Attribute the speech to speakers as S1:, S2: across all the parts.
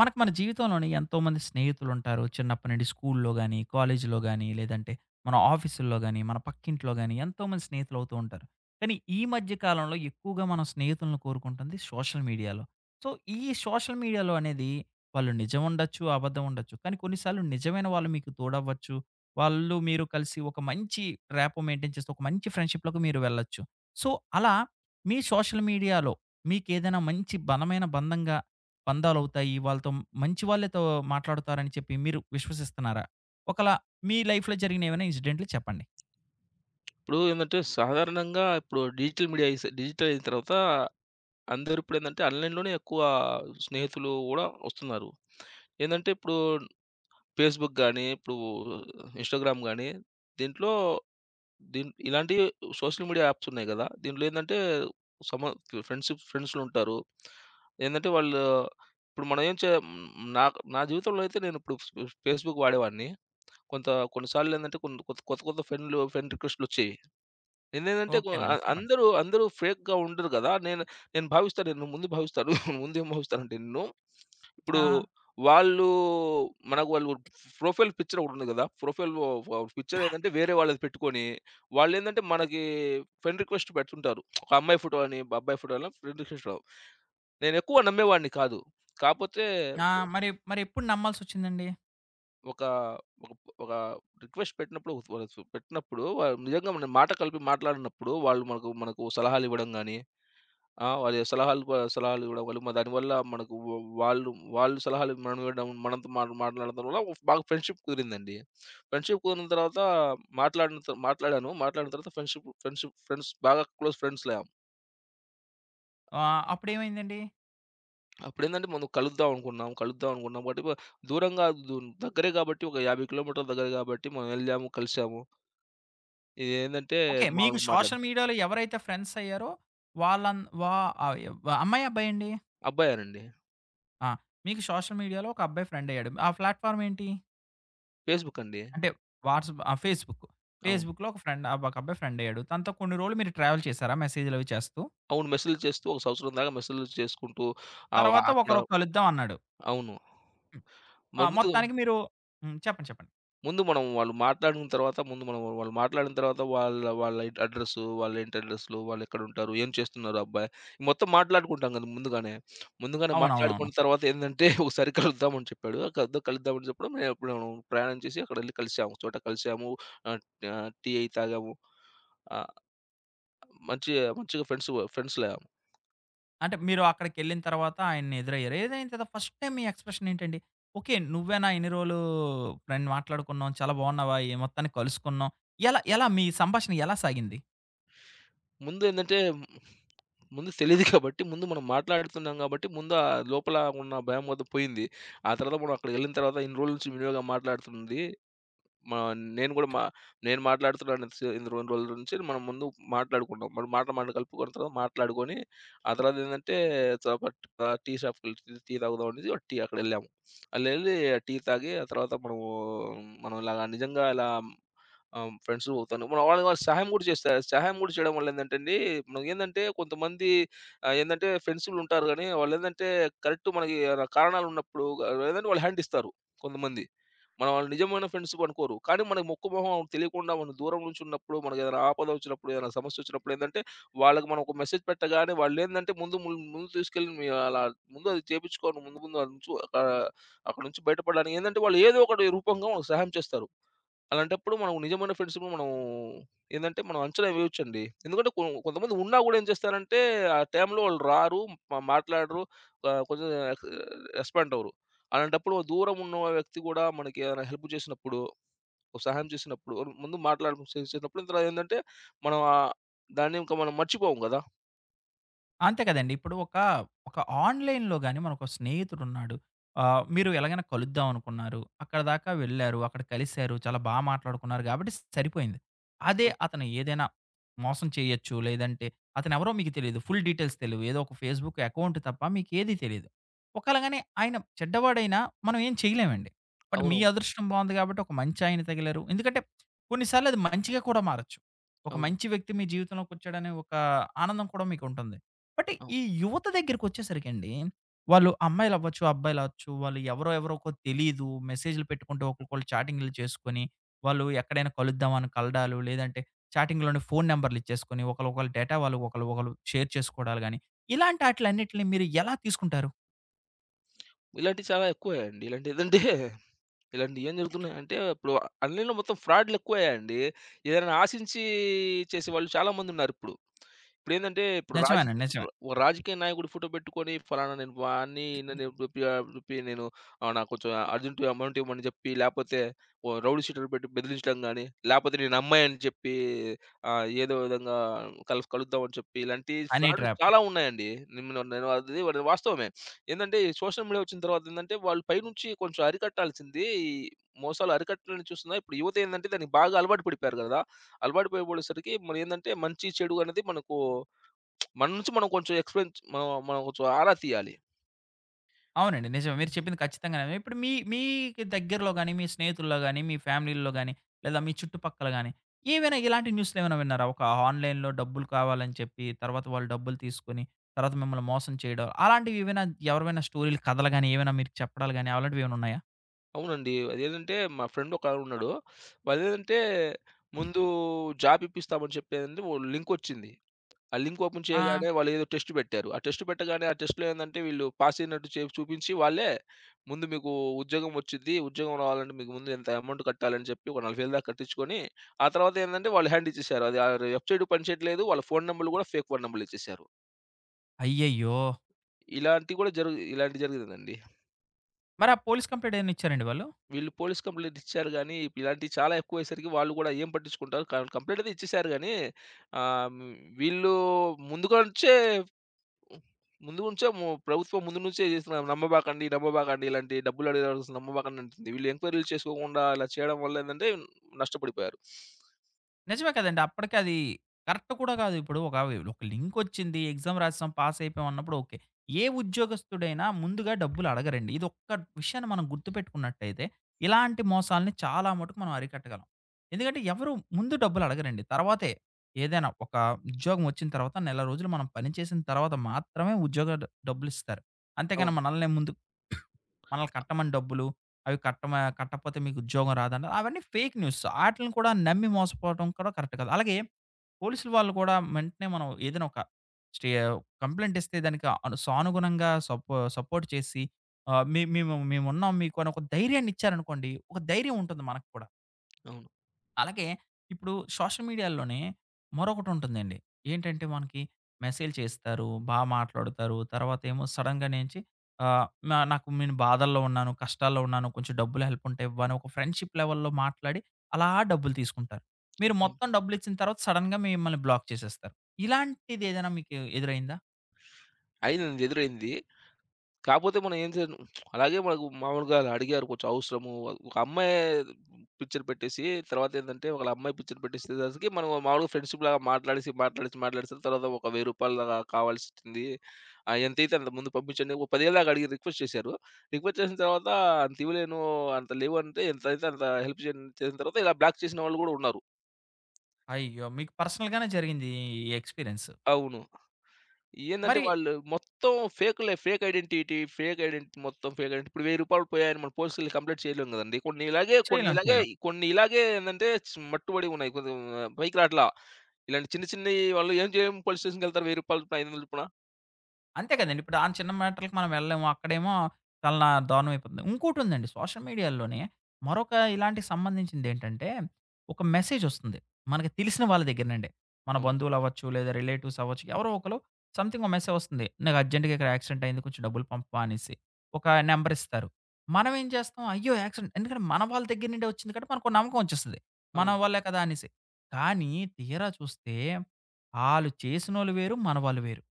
S1: మనకు మన జీవితంలోని ఎంతోమంది స్నేహితులుంటారు. చిన్నప్పటి నుండి స్కూల్‌లో గాని, కాలేజీలో గాని, లేదంటే మన ఆఫీసుల్లో గాని, మన పక్కింట్లో గాని ఎంతోమంది స్నేహితులవుతూ ఉంటారు. కానీ ఈ మధ్య కాలంలో ఎక్కువగా మనం స్నేహితులను కోరుకుంటుంది సోషల్ మీడియాలో. సో, ఈ సోషల్ మీడియాలో అనేది వాళ్ళు నిజం ఉండొచ్చు, అబద్ధం ఉండొచ్చు. కానీ కొన్నిసార్లు నిజమైన వాళ్ళు మీకు తోడవ్వచ్చు. వాళ్ళు మీరు కలిసి ఒక మంచి ర్యాపో మెయింటైన్ చేస్తే ఒక మంచి ఫ్రెండ్‌షిప్‌లోకి మీరు వెళ్ళొచ్చు. సో, అలా మీ సోషల్ మీడియాలో మీకేదైనా మంచి బలమైన బంధంగా బంధాలవుతాయి. మంచి వాళ్ళతో మాట్లాడుతారని చెప్పి మీరు విశ్వసిస్తున్నారా? ఒకళ మీ లైఫ్‌లో జరిగిన ఏమైనా ఇన్సిడెంట్లు చెప్పండి.
S2: ఇప్పుడు ఏందంటే సాధారణంగా ఇప్పుడు డిజిటల్ మీడియా ఏసే డిజిటల్ అయిన తర్వాత అందరూ ఇప్పుడేందంటే ఆన్‌లైన్‌లోనే ఎక్కువ స్నేహితులు గూడా వస్తున్నారు. ఏందంటే ఇప్పుడు ఫేస్‌బుక్ గానీ, ఇప్పుడు ఇన్‌స్టాగ్రామ్ గానీ దీంట్లో ఇలాంటి సోషల్ మీడియా యాప్స్ ఉన్నాయి గదా! దీంట్లో ఏందంటే సమ ఫ్రెండ్సులుంటారు. ఏందంటే వాళ్ళు ఇప్పుడు మనం నా నా జీవితంలో అయితే నేనిప్పుడు ఫేస్‌బుక్ వాడేవాడిని. కొంత కొన్నిసార్లు ఏంటంటే కొత్త కొత్త ఫ్రెండ్ రిక్వెస్ట్‌లొచ్చేయి. నేనేందంటే కొ అ
S1: ఓకేనండి. చెప్పండి.
S2: అందరూ అందరూ ఫేక్‌గా ఉండరు గదా! నేను నేను భావిస్తా నేను ముందు భావిస్తాను. ముందు ఏం భావిస్తానంటే నిన్ను, ఇప్పుడు
S1: ఆ!
S2: వాళ్ళు వాళ్ళు ప్రొఫైల్ పిక్చర్ ఒకటుంది గదా! ప్రొఫైల్ ఒ ఒ పిక్చర్ ఏదంటే వేరే వాళ్ళది పెట్టుకొని, వాళ్ళేందంటే మనకి ఫ్రెండ్ రిక్వెస్ట్ పెడుతుంటారు. ఒక అమ్మాయి ఫోటో అని, అబ్బాయి ఫోటో అలా ఫ్రెండ్ రిక్వెస్ట్ రావు. నేనెక్కువ నమ్మేవాడిని కాదు. కాపోతే
S1: ఆ! మరి మరెప్పుడు నమ్మాల్సొచ్చిందండి?
S2: ఒక ఒక ఒక రిక్వెస్ట్ పెట్టినప్పుడు వాళ్ళు నిజంగా మనం మాట కలిపి మాట్లాడినప్పుడు వాళ్ళు మనకు మనకు సలహాలివ్వడం గాని, ఆ! వాళ్ళ సలహాలు వ సలహాలు ఇవ్వడం వల్ల దానివల్ల మనకు వ వాళ్ళు వాళ్ళు సలహాలు మనం ఇవ్వడం, మనతో మాట మాట్లాడడం వల్ల ఒక బాగా ఫ్రెండ్‌షిప్ కుదిరిందండి. ఫ్రెండ్‌షిప్ కుదిరిన తర్వాత మాట్లాడిన త మాట్లాడాను. మాట్లాడిన తర్వాత ఫ్రెండ్‌షిప్ ఫ్రెండ్‌షిప్ ఫ్రెండ్స్ బాగా క్లోజ్ ఫ్రెండ్స్‌లయ్యాం.
S1: ఆహ్, అప్పుడేమైందండి?
S2: అప్పుడేందంటే మనం కలుద్దాం అనుకున్నాం. కలుద్దాం అనుకున్నాం. బట్ దూరంగా దూ దగ్గరే కాబట్టి ఒక 50 కిలోమీటర్ల దగ్గర కాబట్టి మనం ఎళ్ళాము, కలిసాము. ఇదేందంటే
S1: ఓకే. మీకు
S2: మామూలుగా మాట్లాడు.
S1: సోషల్ మీడియాలో ఎవరైతే ఫ్రెండ్స్ అయ్యారో వాళ్ళన్ వా ఆహ్, అమ్మాయా? అబ్బాయా అండి?
S2: అబ్బాయేనండి.
S1: ఆ! మీకు సోషల్ మీడియాలో ఒక అబ్బాయి ఫ్రెండ్ అయ్యాడు. ఆ ప్లాట్‌ఫార్మ్ ఏంటి?
S2: ఫేస్‌బుక్ అండి.
S1: అంటే వాట్సాప్ ఆ! ఫేస్‌బుక్.
S2: అవును.
S1: ఫేస్‌బుక్‌లో ఒక ఫ్రెండ్ ఆహ్, ఒక అబ్బాయి ఫ్రెండ్ అయ్యాడు. తనతో కొన్ని రోజులు మీరు ట్రావెల్ చేసారా? మెసేజ్‌లవి చేస్తూ.
S2: అవును. మెసేజ్‌లు చేస్తూ ఒక సంవత్సరం దాకా మెసేజ్‌లు చేసుకుంటూ ఆహ్,
S1: తర్వాత
S2: అక్కడ
S1: ఒకరోజు కలుద్దాం అన్నాడు.
S2: అవును.
S1: ఆ!
S2: మరి ముందు,
S1: మొత్తానికి మీరు హ్మ్. చెప్పండి. చెప్పండి.
S2: ముందు మనం వాళ్ళు మాట్లాడిన తర్వాత ముందు మనం వాళ్ళు మాట్లాడిన తర్వాత వాళ్ళ వాళ్ళ ఇంటి అడ్రెస్సు, వాళ్ళ ఇంటి అడ్రెస్‌లు, వాళ్ళెక్కడుంటారు, ఏం చేస్తున్నారు అబ్బాయి, మొత్తం మాట్లాడుకుంటాం కదా ముందుగానే. ముందుగానే
S1: అవునవునవును.
S2: మాట్లాడుకున్న తర్వాత ఏందంటే ఒకసారి కలుద్దామని చెప్పాడు. కలుద్దామని చెప్పడం నే అప్పుడు ప్రయాణం చేసి అక్కడెళ్లి కలిసాము. ఒక చోట కలిసాము. ఆహ్, టీ అయి తాగాము. ఆ! మంచి మంచిగా ఫ్రెండ్స్. ఫ్రెండ్స్‌లా.
S1: అంటే మీరు అక్కడికెళ్ళిన తర్వాత ఆయన్ని ఎదురయ్యారు. ఎదురైన తర్వాత ఫస్ట్ టైమ్ మీ ఎక్స్‌ప్రెషన్ ఏంటండి? ఓకే. నువ్వేనా ఇన్ని రోజులు ఫ్రెండ్ మాట్లాడుకున్నాం. చాలా బాగున్నావా? ఈ మొత్తానికి కలుసుకున్నాం. ఎలా ఎలా మీ సంభాషణ ఎలా సాగింది?
S2: ముందేందంటే ముందు తెలీదు కాబట్టి, ముందు మనం మాట్లాడుతున్నాం కాబట్టి, ముందు ఆ లోపల ఉన్న భయం మొత్తం పోయింది. ఆ తర్వాత మనం అక్కడికెళ్ళిన తర్వాత ఇన్ని రోజుల నుంచి విడివిడిగా మాట్లాడుతుంది. మా నేను గూడా మా నేను మాట్లాడుతున్నాను ఇంత సే ఇన్ని 2 రోజుల నుంచి మనం ముందు మాట్లాడుకున్నాం. మరి మాటలు మాట కలుపుకున్న తర్వాత మాట్లాడుకొని, ఆ తర్వాత ఏందంటే టీ షాప్‌కెళ్ళి టీ టీ తాగుదాం అనేసి ఒక టీ అక్కడెళ్ళాము. అల్లెళ్ళి టీ తాగి ఆ తర్వాత మనం ఇలాగ నిజంగా ఇలా ఆహ్, ఫ్రెండ్స్ అవుతాను. మనం వాళ్ళు వాళ్ళు సహాయం గూడా చేస్తారు. సహాయం గూడా చేయడం వల్ల ఏందంటే అండి, మనకు ఏందంటే కొంతమంది ఆహ్, ఏందంటే ఫ్రెండ్సులుంటారు గానీ, వాళ్ళేందంటే కరెక్ట్ మనకి ఏదైనా కారణాలున్నప్పుడు ఆహ్, ఏందంటే వాళ్ళు హ్యాండ్ ఇస్తారు కొంతమంది. మనం వాళ్ళు నిజమైన ఫ్రెండ్స్ అనుకోరు. కానీ మనకు మొక్కు మొహం వాళ్ళకి తెలియకుండా మనం దూరం నుంచి ఉన్నప్పుడు, మనకేదైనా ఆపద వచ్చినప్పుడు, ఏదైనా సమస్య వచ్చినప్పుడు ఏందంటే, వాళ్ళకి మనం ఒక మెసేజ్ పెట్టగానే వాళ్ళేందంటే ముందు తీసుకెళ్ళి మీ అలా ముందు అది చేపించుకొని ముందు ముందు ఆడ నుంచి ఆహ్, అక్కడి నుంచి బయటపడడానికి ఏందంటే, వాళ్ళు ఏదో ఒకటి రూపంగా మనకు సహాయం చేస్తారు. అలాంటప్పుడు మనం నిజమైన ఫ్రెండ్షిప్‌ని మనం ఏందంటే మనం అంచనా వేయొచ్చండి. ఎందుకంటే కొంతమంది ఉన్నా గూడా ఏం చేస్తారంటే, ఆ టైంలో వాళ్ళు రారు, మాట్లాడరు, ఆహ్, కొంచెం ఎక్ రెస్పాండ్ అవ్వరు. అలాంటప్పుడు దూరం ఉన్న వ్యక్తి గూడా మనకి ఏదైనా హెల్ప్ చేసినప్పుడు, ఒక సహాయం చేసినప్పుడు, ముందు మాట్లాడడం చే చేసినప్పుడు తర్వాత ఏందంటే, మనం ఆహ్, దాన్ని ఇంకా మనం మర్చిపోము గదా!
S1: అంతే కదండీ. ఇప్పుడు ఒక ఆన్‌లైన్‌లో గాని మనకో స్నేహితుడున్నాడు. ఆహ్, మీరు ఎలాగైనా కలుద్దాం అనుకున్నారు. అక్కడ దాకా వెళ్లారు. అక్కడ కలిసారు. చాలా బా మాట్లాడుకున్నారు కాబట్టి సరిపోయింది. అదే
S2: అవును.
S1: అతను ఏదైనా మోసం చేయొచ్చు. లేదంటే అతనెవరో మీకు తెలీదు. ఫుల్ డీటెయిల్స్ తెలీవు. ఏదో ఒక ఫేస్‌బుక్ అకౌంట్ తప్ప మీకేది తెలీదు. ఒకేళ గాని ఆయన చెడ్డవాడైనా మనం ఏం చేయలేమండి. బట్ మీ
S2: అవునవును.
S1: అదృష్టం బావుంది కాబట్టి ఒక మంచి ఆయన తగిలారు. ఎందుకంటే కొన్ని సార్లు అది మంచిగా కూడా మారొచ్చు. ఒక
S2: అవును.
S1: మంచి వ్యక్తి మీ జీవితంలోకొచ్చాడనే ఒక ఆనందం కూడా మీకుంటుంది. బట్
S2: అవును.
S1: ఈ యువత దగ్గరికొచ్చేసరికండి, వాళ్ళు అమ్మాయిలవ్వచ్చు, అబ్బాయిలవచ్చు, వాళ్ళు ఎవరో ఎవరికో తెలీదు. మెసేజ్‌లు పెట్టుకుంటూ ఒకరికొకళ్ళు చాటింగ్‌లు చేసుకొని, వాళ్ళు ఎక్కడైనా కలుద్దాం అని కలడాలు, లేదంటే చాటింగ్‌లోనే ఫోను నంబర్‌లు ఇచ్చేసుకొని, ఒకళ్ళొకళ్ళ డేటా వాళ్ళు ఒకళ్ళు ఒకళ్ళు షేర్ చేసుకోవడాలు గాని, ఇలాంటి ఆటిలన్నిటిని మీరు ఎలా తీసుకుంటారు?
S2: ఇలాంటివి చాలా ఎక్కువే అండి. ఇలాంటి ఏదంటే ఇలాంటియి ఏం జరుగుతున్నాయంటే, ఇప్పుడు ఆన్‌లైన్‌లో మొత్తం ఫ్రాడ్‌లెక్కువయ్యాయండి. ఏదైనా ఆశించి చేసేవాళ్ళు చాలా మందున్నారిప్పుడు. ఇప్పుడేందంటే, ఇప్పుడు
S1: నిజమేనండి.
S2: రాజకీ
S1: నిజమే.
S2: ర ఓ రాజకీయ నాయకుడు ఫోటో పెట్టుకొని, ఫలానా నేను వాడిని నేను రూపీ నేను ఆహ్, నాకు కొంచెం అర్జెంట్ అమౌంట్ ఇవ్వమని చెప్పి, లేపోతే ఓ రౌడీ షీటర్ పెట్టి బెదిరించడం గానీ, లేపోతే నేను అమ్మాయని చెప్పి ఆహ్, ఏదో విధంగా కలుద్దామని చెప్పి, ఇలాంటి
S1: హనీ
S2: ఫ్రాడ్‌లు
S1: ట్రాప్.
S2: చాలా ఉన్నాయండి. నిమ్ను నేను అది వాస్తవమే. ఏందంటే, ఈ సోషల్ మీడియా వచ్చిన తర్వాతేందంటే, వాళ్ళు పైనుంచి కొంచెం అరికట్టాల్సింది ఈ మోసాలు అరికట్టడానికి చూస్తున్నారు. ఇప్పుడు యువత ఏందంటే, దానికి బాగా అలవాటు పడిపోయారు గదా! అలవాటు పడిపోయేసరికి మరేందంటే, మంచి, చెడు అనేది మనకు మన నుంచి మనం కొంచెం ఆరా తీయాలి.
S1: అవునండి. నిజమే. మీరు
S2: యాహ్!
S1: చెప్పింది ఖచ్చితంగానే. ఇప్పుడు మీకు దగ్గరలో గాని, మీ స్నేహితుల్లో గాని, మీ ఫ్యామిలీ‌ల్లో గాని, లేదా మీ చుట్టుపక్కల గాని, ఏవైనా ఇలాంటి న్యూస్‌లేమైనా విన్నారా? ఒక ఆన్‌లైన్‌లో డబ్బులు కావాలని చెప్పి, తర్వాత వాళ్ళు డబ్బులు తీసుకొని, తర్వాత మిమ్మల్ని మోసం చేయడం, అలాంటివి ఏవైనా ఎవరివైనా స్టోరీలు, కథలు గాని, ఏవైనా మీకు చెప్పడాలు గాని, అలాంటివేమైనా ఉన్నాయా?
S2: అవునండి. అదేంటంటే, మా ఫ్రెండ్ ఒకాయనున్నాడు. వాడేంటంటే, ముందు జాబ్ ఇప్పిస్తామని చెప్పేదండి ఓ లింకొచ్చింది. ఆ లింక్ ఓపెన్
S1: ఆ!
S2: చేయగానే వాళ్ళేదో టెస్ట్ పెట్టారు. ఆ టెస్ట్ పెట్టగానే ఆ టెస్ట్‌లో ఏందంటే వీళ్ళు పాస్ అయినట్టు చూపించి వాళ్ళే ముందు మీకు ఉద్యోగం వచ్చిద్ది. ఉద్యోగం రావాలంటే మీకు ముందు ఇంత అమౌంట్ కట్టాలని చెప్పి ఒక 40,000 దాకా కట్టించుకొని, ఆ తర్వాత ఏందంటే వాళ్ళు హ్యాండ్ ఇచ్చేసారు. అది ఆ వెబ్‌సైట్ పనిచేయట్లేదు. వాళ్ళ ఫోను నంబర్‌లు కూడా ఫేక్ ఫోను నంబర్‌లు ఇచ్చేసారు.
S1: అయ్యయ్యో!
S2: ఇలాంటివి కూడా జరుగు ఇలాంటివి జరిగిందండి.
S1: మరి ఆ పోలీస్ కంప్లెయింట్ ఏమైనా ఇచ్చారండి వాళ్ళు?
S2: వీళ్ళు పోలీస్ కంప్లెయింట్ ఇచ్చారు గానీ, ఇలాంటివి చాలా ఎక్కువయ్యేసరికి వాళ్ళు కూడా ఏం పట్టించుకుంటారు. కంప్లెయింట్ అయితే ఇచ్చేసారు గానీ, ఆహ్, హ్మ్, వీళ్ళు ముందుగా నుంచే హ్మ్. ముందు నుంచే ము ప్రభుత్వం ముందు నుంచే చేస్తున్నారు. నమ్మబాకండి, నమ్మబాకండి ఇలాంటి డబ్బులు అడిగేవాళ్ళు నమ్మబాకండి అంటుంది. వీళ్ళు ఎంక్వైరీలు చేసుకోకుండా ఇలా చేయడం వల్ల ఏందంటే నష్టపడిపోయారు.
S1: నిజమే కదండీ! అప్పటికి అది కరెక్ట్ కూడా కాదు. ఇప్పుడు ఒక ఒక లింకొచ్చింది, ఎగ్జామ్ రాసాం, పాస్ అయిపోయాం అన్నప్పుడు ఓకే. ఏ ఉద్యోగస్తుడైనా ముందుగా డబ్బులు అడగరండి. ఇదొక్క విషయాన్ని మనం గుర్తుపెట్టుకున్నట్టయితే, ఇలాంటి మోసాల్ని చాలా మటుకు మనం అరికట్టగలం. ఎందుకంటే ఎవరు ముందు డబ్బులు అడగరండి. తర్వాతే ఏదైనా ఒక ఉద్యోగం వచ్చిన తర్వాత, నెల రోజులు మనం పని చేసిన తర్వాత మాత్రమే ఉద్యోగ డ డబ్బులిస్తారు. అంతేగాని
S2: అవును.
S1: మనల్ని కట్టమని డబ్బులు అవి కట్టమా కట్టకపోతే మీకు ఉద్యోగం రాదన్నారు. అవన్నీ ఫేక్ న్యూస్. ఆటిల్ని కూడా నమ్మి మోసపోవటం కూడా కరెక్ట్ కాదు. అలాగే పోలీసులు వాళ్ళు కూడా వెంటనే మనం ఏదైనా ఒక స్టే కంప్లెయింట్ ఇస్తే దానికి సానుగుణంగా సపోర్ట్ చేసి ఆహ్, "మే మేము మేమున్నాం మీకు" అని ఒక ధైర్యాన్ని ఇచ్చారనుకోండి, ఒక ధైర్యం ఉంటుంది మనకు కూడా.
S2: అవును.
S1: అలాగే ఇప్పుడు సోషల్ మీడియాలోనే మరొకటుంటుందండి. ఏంటంటే మనకి మెసేజ్ చేస్తారు, బా మాట్లాడుతారు. తర్వాతేమో సడెన్‌గా నుంచి ఆహ్, నా నాకు నేను బాధల్లో ఉన్నాను, కష్టాల్లో ఉన్నాను, కొంచెం డబ్బులు హెల్ప్ ఉంటే ఇవ్వు అని ఒక ఫ్రెండ్‌షిప్ లెవెల్‌లో మాట్లాడి అలా డబ్బులు తీసుకుంటారు. మీరు
S2: అవును.
S1: మొత్తం డబ్బులిచ్చిన తర్వాత సడెన్‌గా మిమ్మల్ని బ్లాక్ చేసేస్తారు. ఇలాంటిదేదైనా మీకు ఎదురైందా?
S2: అయిందండి ఎదురైంది. కాపోతే మనం ఏం చేయను. అలాగే మనకు మామూలుగా అలా అడిగారు కొంచెం అవసరము. ఒక అమ్మాయి పిక్చర్ పెట్టేసి తర్వాత ఏందంటే ఒకళ్ళ అమ్మాయి పిక్చర్ పెట్టేసేసరికి మనం మామూలుగా ఫ్రెండ్‌షిప్‌లాగా మాట్లాడేసి మాట్లాడేసిన తర్వాత ఒక రూ. 1000 దాకా కావాల్సింది ఆహ్, ఎంతైతే అంత ముందు పంపించండి. ఒక 10,000 దాకా అడిగి రిక్వెస్ట్ చేశారు. రిక్వెస్ట్ చేసిన తర్వాత అంత ఇవ్వలేను, అంత లేవు అంటే ఎంతైతే అంత హెల్ప్ చేయండి చేసిన తర్వాత ఇలా బ్లాక్ చేసిన వాళ్ళు గూడా ఉన్నారు.
S1: అయ్యో! మీకు పర్సనల్‌గానే జరిగింది ఈ ఎక్స్‌పీరియన్స్.
S2: అవును. ఏందంటే
S1: మరి
S2: వాళ్ళు మొత్తం ఫేకులే. ఫేక్ ఐడెంటిటీ, ఫేక్ ఐడెంటిటీ మొత్తం ఫేక్ ఐడెంటిటీ. ఇప్పుడు రూ. 1000 పోయాయని మనం పోలీసులకి కంప్లెయింట్ చేయలేం గదండీ.
S1: చేయలేం చేయలేం.
S2: కొన్ని ఇలాగే ఏందంటే మట్టుబడి ఉన్నాయి. కొంచెం ఆ, పైకి రాట్లా. ఇలాంటి చిన్నయి వాళ్ళు ఏం జేయం పోలీస్ స్టేషన్‌కెళ్తారు రూ. 1000 రూపాయలు, రూ. 500 చొప్పున.
S1: అంతే కదండీ. ఇప్పుడు ఆన్ చిన్న మ్యాటర్‌లకి మనం వెళ్ళలేము. అక్కడేమో చాలా దారుణం అయిపోతుంది. ఇంకోటుందండి సోషల్ మీడియాలోనే మరొక ఇలాంటికి సంబంధించిందేంటంటే, ఒక మెసేజొస్తుంది. మనకి తెలిసిన వాళ్ళ దగ్గర నుండే. మన
S2: అవును.
S1: బంధువులవ్వచ్చు, లేదా రిలేటివ్స్ అవ్వచ్చు. ఎవరో ఒకళ్ళు సంథింగ్ ఒక మెసేజొస్తుంది. నాకు అర్జెంట్‌గా ఇక్కడ యాక్సిడెంట్ అయింది. కొంచెం డబ్బులు పంపవా అనేసి. ఒక నంబర్ ఇస్తారు. మనం ఏం చేస్తాం? అయ్యో! యాక్సిడెంట్ ఎందుకంటే మన వాళ్ళ దగ్గర నుండే వచ్చింది కాబట్టి మనకో నమ్మకం వచ్చేస్తది. మన
S2: అవును.
S1: వాళ్ళే కదా! అనేసి. కానీ తీరా చూస్తే ఆళ్ళు చేసినోళ్ళు వేరు, మన వాళ్ళు వేరు.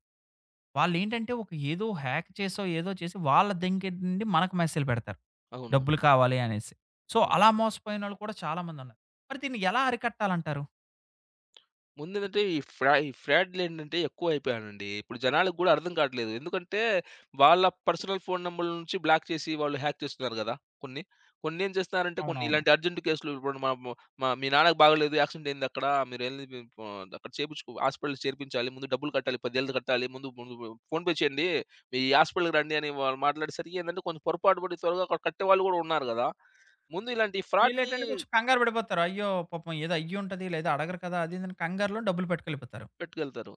S1: వాళ్ళేంటంటే ఒక ఏదో హ్యాక్ చేసో, ఏదో చేసి వాళ్ళ దగ్గర నుండి మనకు మెసేజ్‌లు పెడతారు.
S2: అవునవును.
S1: డబ్బులు కావాలి అనేసి. సో,
S2: అవును.
S1: అలా మోసపోయినోళ్ళు కూడా చాలా మందున్నారు. మరి దీన్ని ఎలా అరికట్టాలంటారు?
S2: ముందేంటంటే ఈ ఫ్రాడ్‌లేంటంటే ఎక్కువైపోయానండి. ఇప్పుడు జనాలకు గూడా అర్థం కావట్లేదు. ఎందుకంటే వాళ్ళ పర్సనల్ ఫోన్ నంబర్‌ల నుంచి బ్లాక్ చేసి వాళ్ళు హ్యాక్ చేస్తున్నారు గదా! కొన్ని. కొన్నేం చేస్తున్నారంటే కొన్ని
S1: అవునవును.
S2: ఇలాంటి అర్జెంట్ కేసులు ఇప్పుడు మా మీ నాన్నకి బాగోలేదు. యాక్సిడెంట్ అయిందక్కడ. మీరెళ్లి మీ ప అక్కడ హాస్పిటల్‌లో చేర్పించాలి. ముందు డబ్బులు కట్టాలి. 10,000 కట్టాలి. ముందు ముందు ఫోన్‌పే చేయండి. మీ హాస్పిటల్‌కి రండి అని వాళ్ళు మాట్లాడేసరికి ఏందంటే కొంచెం పొరపాటు పడి త్వరగా అక్కడ కట్టేవాళ్ళు గూడా ఉన్నారు గదా! ముందు ఇలాంటి ఫ్రాడ్‌ని
S1: వీళ్ళేంటంటే కొంచెం కంగారు పడిపోతారు. అయ్యో! పాపం ఏదో అయ్యుంటది లేదా అడగరు కదా! అది ఇదని కంగారులో డబ్బులు పట్టుకెళ్ళిపోతారు.
S2: పట్టుకెళ్తారు.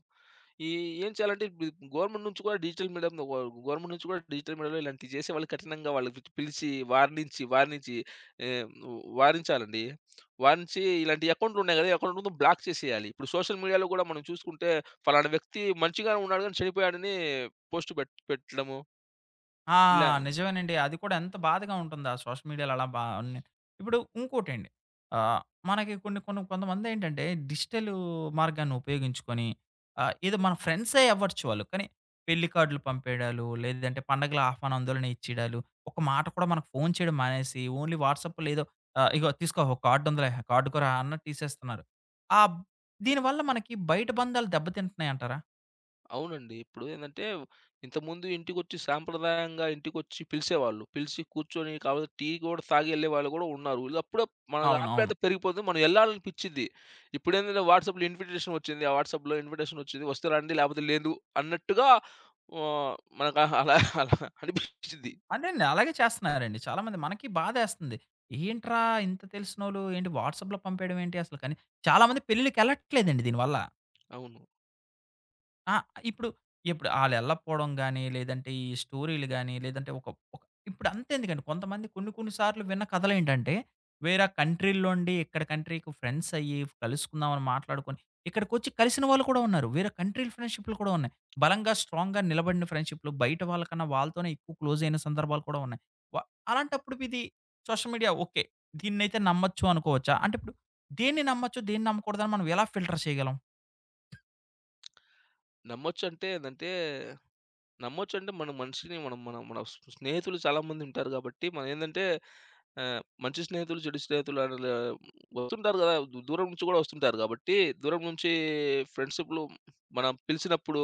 S2: ఈ ఏం చేయాలంటే ఇప్పుడు గవర్నమెంట్ నుంచి కూడా డిజిటల్ మీడియాలో ఇలాంటివి చేసే వాళ్ళు కఠినంగా వాళ్ళని పిలిచి పిలిచి వార్నించి ఆహ్, వారించాలండి. వారించి ఇలాంటి అకౌంట్లు ఉన్నాయి కదా! ఈ అకౌంట్ మొత్తం బ్లాక్ చేసేయాలి. ఇప్పుడు సోషల్ మీడియాలో కూడా మనం చూసుకుంటే, ఫలానా వ్యక్తి మంచిగానే ఉన్నాడు గాని చెడిపోయాడని పోస్ట్ పెట్ పెట్టడము
S1: ఆ!
S2: ఇలా
S1: నిజమేనండి. అది కూడా ఎంత బాధగా ఉంటుందా సోషల్ మీడియాలో అలా బా అన్ని. ఇప్పుడు ఇంకోటండి. ఆహ్, మనకి కొన్ని కొన్ని కొంతమందేంటంటే డిజిటలు మార్గాన్ని ఉపయోగించుకొని ఆహ్, ఏదో మన ఫ్రెండ్సే అవ్వచ్చు వాళ్ళు. కానీ పెళ్లి కార్డులు పంపేయడాలు, లేదంటే పండగల ఆహ్వాన ఆందోళన ఇచ్చేయడాలు, ఒక మాట కూడా మనకు ఫోను చేయడం మానేసి ఓన్లీ వాట్సాప్‌లో ఏదో ఆహ్, ఇగో తీసుకో ఒక కార్డుందిలే కార్డుకోరా అన్నట్టు తీసేస్తున్నారు. ఆబ్ దీనివల్ల మనకి బయట బంధాలు దెబ్బతింటున్నాయంటారా?
S2: అవునండి. ఇప్పుడు ఏందంటే, ఇంతకుముందు ఇంటికొచ్చి సాంప్రదాయంగా ఇంటికొచ్చి పిలిసేవాళ్ళు. పిలిచి కూర్చొని కావాలంటే టీ కూడా తాగి ఎళ్ళేవాళ్ళు గూడా ఉన్నారు. ఇది అప్పుడే మన
S1: అవునవును.
S2: ఆప్యాయత పెరిగిపోతుంది. మనం ఎళ్ళాలనిపిచ్చిద్ది. ఇప్పుడేంటంటే వాట్సాప్‌లో ఇన్విటేషన్ వచ్చింది. ఆ వాట్సాప్‌లో ఇన్విటేషన్ వచ్చింది. వస్తే రండి లేకపోతే లేదు అన్నట్టుగా ఆహ్, మనకు అలా అలా అనిపిచ్చిద్ది.
S1: అదేండి. అలాగే చేస్తన్నారండి. చాలామంది మనకి బాధేస్తుంది. ఏంట్రా ఇంత తెలిసినోళ్ళు ఏంటి వాట్సాప్‌లో పంపేయడం ఏంటి అసలు కానీ చాలామంది పెళ్ళిళ్ళకెళ్ళట్లేదండి దీనివల్ల.
S2: అవును.
S1: ఆ! ఇప్పుడు, ఇప్పుడు ఆళ్ళెళ్ళకపోవడం గాని, లేదంటే ఈ స్టోరీలు గాని, లేదంటే ఒక ఒక ఇప్పుడు అంతెందుకండి కొంతమంది కొన్ని కొన్ని సార్లు విన్న కథలేంటంటే, వేరే కంట్రీ‌ల్లోండి ఇక్కడ కంట్రీకి ఫ్రెండ్స్ అయ్యి కలుసుకుందామని మాట్లాడుకొని, ఇక్కడికొచ్చి కలిసిన వాళ్ళు కూడా ఉన్నారు. వేరే కంట్రీ‌ల ఫ్రెండ్‌షిప్‌లు కూడా ఉన్నాయి. బలంగా స్ట్రాంగ్‌గా నిలబడిన ఫ్రెండ్‌షిప్‌లు బయట వాళ్ళకన్నా వాళ్ళతోనే ఎక్కువ క్లోజ్ అయిన సందర్భాలు కూడా ఉన్నాయి. వ అలాంటప్పుడు ఇది సోషల్ మీడియా ఓకే. దీన్నైతే నమ్మొచ్చు అనుకోవచ్చా? అంటే ఇప్పుడు దేన్ని నమ్మొచ్చు, దేన్ని నమ్మకూడదని మనం ఎలా ఫిల్టర్ చేయగలం?
S2: నమ్మొచ్చంటే ఏందంటే నమ్మొచ్చంటే మన మనిషిని మనం మనం మన స్ స్నేహితులు చాలామంది ఉంటారు గాబట్టి, మనమేందంటే ఆహ్, మంచి స్నేహితులు, చెడు స్నేహితులు అనలా వస్తుంటారు గదా! దూరం నుంచి గూడా వస్తుంటారు గాబట్టి, దూరం నుంచి ఫ్రెండ్షిప్‌లు మనం పిలిచినప్పుడు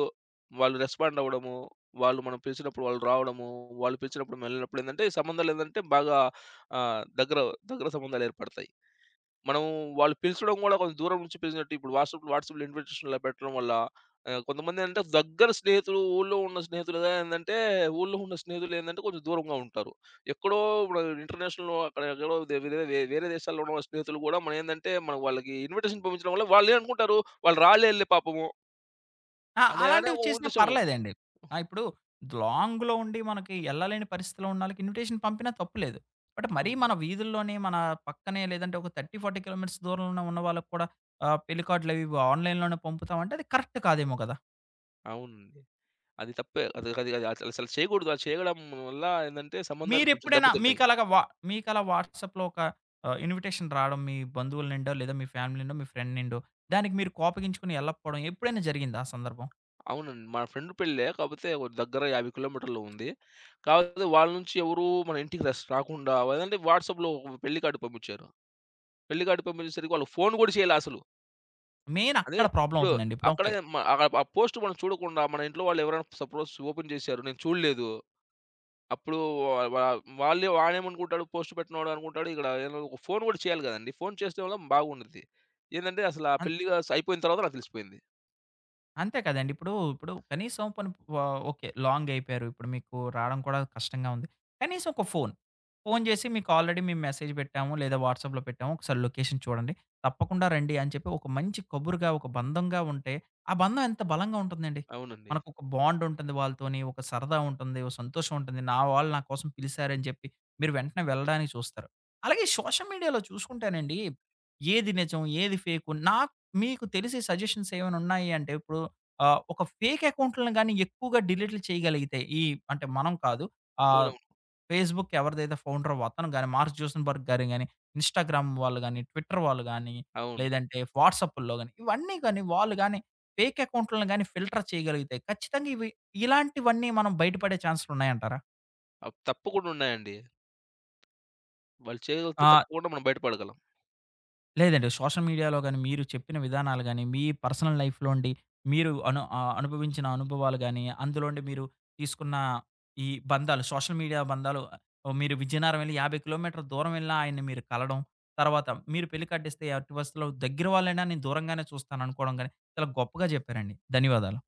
S2: వాళ్ళు రెస్పాండ్ అవ్వడము, వాళ్ళు మనం పిలిచినప్పుడు వాళ్ళు రావడము, వాళ్ళు పిలిచినప్పుడు మనం వెళ్ళినప్పుడేందంటే, ఈ సంబంధాలేందంటే బాగా ఆహ్, దగ్గర దగ్గర సంబంధాలేర్పడతాయి. మనం వాళ్ళు పిలిచడం గూడా కొంచెం దూరం నుంచి పిలిచినట్టు ఇప్పుడు వాట్సాప్‌లో వాట్సాప్‌లో ఇన్విటేషన్ ఇలా పెట్టడం వల్ల ఆహ్, కొంతమందేంటంటే దగ్గర స్నేహితులు, ఊళ్ళో ఉన్న స్నేహితులు ఏందంటే ఊళ్ళో ఉన్న స్నేహితులేందంటే కొంచెం దూరంగా ఉంటారు. ఎక్కడో ఇప్పుడు ఇంటర్నేషనల్‌లో అక్కడ ఎక్కడో దే వేరే వే వేరే దేశాల్లో ఉన్న స్నేహితులు గూడా మనమేందంటే మనం వాళ్ళకి ఇన్విటేషన్ పంపించడం వల్ల వాళ్ళేమనుకుంటారు వాళ్ళు రాళ్ళేళ్ళే పాపము
S1: ఆ!
S2: అని అనే
S1: అలాంటివి
S2: ఒక
S1: చేసినా
S2: ఉద్దేశం.
S1: పర్లేదండి. ఆ! ఇప్పుడు లాంగ్‌లో ఉండి మనకి ఎళ్ళలేని పరిస్థితిలో ఉన్నోళ్ళకి ఇన్విటేషన్ పంపినా తప్పులేదు. బట్ మరీ
S2: అవును.
S1: మన వీధుల్లోనే, మన పక్కనే లేదంటే ఒక 30, 40 కిలోమీటర్స్ దూరంలో ఉన్న వాళ్ళకి కూడా ఆహ్, పెళ్లి కార్డులవి ఇవి ఆన్‌లైన్‌లోనే పంపుతామంటే అది కరెక్ట్ కాదేమో కదా!
S2: అవునండి. అది తప్పే. అది అది అది అసలు అసలు చేయకూడదు. అలా చేయడం వల్ల ఏందంటే సంబంధాలు కొంచెం
S1: మీరెప్పుడైనా
S2: దెబ్బతింటాయి.
S1: మీకలాగా వా మీకలా వాట్సాప్‌లో ఒక ఆహ్, ఇన్విటేషన్ రావడం మీ బంధువుల నిండో, లేదా మీ ఫ్యామిలీ నిండో, మీ ఫ్రెండ్ నిండో దానికి మీరు కోపగించుకొని ఎళ్ళకపోవడం ఎప్పుడైనా జరిగిందా ఆ సందర్భం?
S2: అవునండి. మా ఫ్రెండ్ పెళ్ళే. కాపోతే ఒక దగ్గర 50 కిలోమీటర్‌లో ఉంది. కాకపోతే వాళ్ళ నుంచి ఎవరు మన ఇంటికి రాకుండా అదంటే వాట్సాప్‌లో ఒక పెళ్లి కార్డ్ పంపించారు. పెళ్లి కార్డ్ పంపించేసరికి వాళ్ళు ఫోన్ గూడా చేయలే అసలు.
S1: మెయిన్
S2: అదే
S1: అక్కడ ప్రాబ్లమ్
S2: ఇప్పుడు
S1: అవుతుందండి. ఇప్పుడు
S2: అక్కడే
S1: ఓకే.
S2: మ ఆ ఆ పోస్ట్ మనం చూడకుండా మన ఇంట్లో వాళ్ళు ఎవరైనా సపోజ్ ఓపెన్ చేశారు. నేను చూడలేదు. అప్పుడు వా వా వాడేమనుకుంటాడు పోస్ట్ పెట్టినోడు అనుకుంటాడు. ఇక్కడ ఏదో ఒక ఫోన్ గూడా చేయాలి గదండీ! ఫోన్ చేస్తే వల్ల బాగుండుద్ది. ఏందంటే అసలు ఆ
S1: అన్
S2: పెళ్లిగా అయిపోయిన తర్వాత నాకు తెలిసిపోయింది.
S1: అంతే కదండీ. ఇప్పుడు కనీసం పోనీ వ ఓకే. లాంగ్ అయిపోయారు. ఇప్పుడు మీకు రావడం కూడా కష్టంగా ఉంది. కనీసం ఒక ఫోన్. ఫోన్ చేసి మీకు ఆల్రెడీ మేము మెసేజ్ పెట్టాము, లేదా వాట్సాప్‌లో పెట్టాము. ఒకసారి లొకేషన్ చూడండి. తప్పకుండా రండి అని చెప్పి ఒక మంచి కబురుగా, ఒక బంధంగా ఉంటే, ఆ బంధం ఎంత బలంగా ఉంటుందండి.
S2: అవునండి.
S1: మనకొక బాండ్ ఉంటుంది వాళ్ళతోని. ఒక సరదా ఉంటుంది. ఒక సంతోషం ఉంటుంది. నా వాళ్ళు నా కోసం పిలిసారని చెప్పి మీరు వెంటనే వెళ్ళడానికి చూస్తారు. అలాగే సోషల్ మీడియాలో చూసుకుంటేనండి, ఏది నిజం, ఏది ఫేకు మీకు తెలిసి సజెషన్స్ ఏమైనా ఉన్నాయి అంటే ఇప్పుడు ఆహ్, ఒక ఫేక్ అకౌంట్‌లని గాని ఎక్కువగా డిలీట్లు చేయగలిగితే ఈ అంటే మనం కాదు. ఆహ్,
S2: అవునవును.
S1: ఫేస్‌బుక్ ఎవరిదైతే ఫౌండరో అతను గాని, మార్క్ జూసన్‌బర్గ్ గారు గాని, ఇన్‌స్టాగ్రామ్ వాళ్ళు గాని, ట్విట్టర్ వాళ్ళు గాని,
S2: అవును.
S1: లేదంటే వాట్సాపుల్లో గాని, ఇవన్నీ గాని వాళ్ళు గాని ఫేక్ అకౌంట్‌లని గాని ఫిల్టర్ చేయగలిగితే ఖచ్చితంగా ఇవి ఇలాంటివన్నీ మనం బయటపడే ఛాన్సులున్నాయంటారా?
S2: అవి తప్పకుండా ఉన్నాయండి. వాళ్ళు చేయగలిగితే
S1: ఆ!
S2: తప్పకుండా మనం బయట పడగలం.
S1: లేదండి. సోషల్ మీడియాలో గాని, మీరు చెప్పిన విధానాలు గాని, మీ పర్సనల్ లైఫ్‌లోండి మీరు ఆహ్, అనుభవించిన అనుభవాలు గాని, అందులోండి మీరు తీసుకున్న ఈ బంధాలు, సోషల్ మీడియా బంధాలు ఆహ్, మీరు విజయనగరం వెళ్లి 50 కిలోమీటర్ల దూరం వెళ్ళినా ఆయన్ని మీరు కలడం, తర్వాత మీరు పెళ్లి కట్టిస్తే ఎట్టి పరిస్థితిలో దగ్గర వాళ్ళైనా నేను దూరంగానే చూస్తాననుకోవడం గాని, చాలా గొప్పగా చెప్పారండి. ధన్యవాదాలు.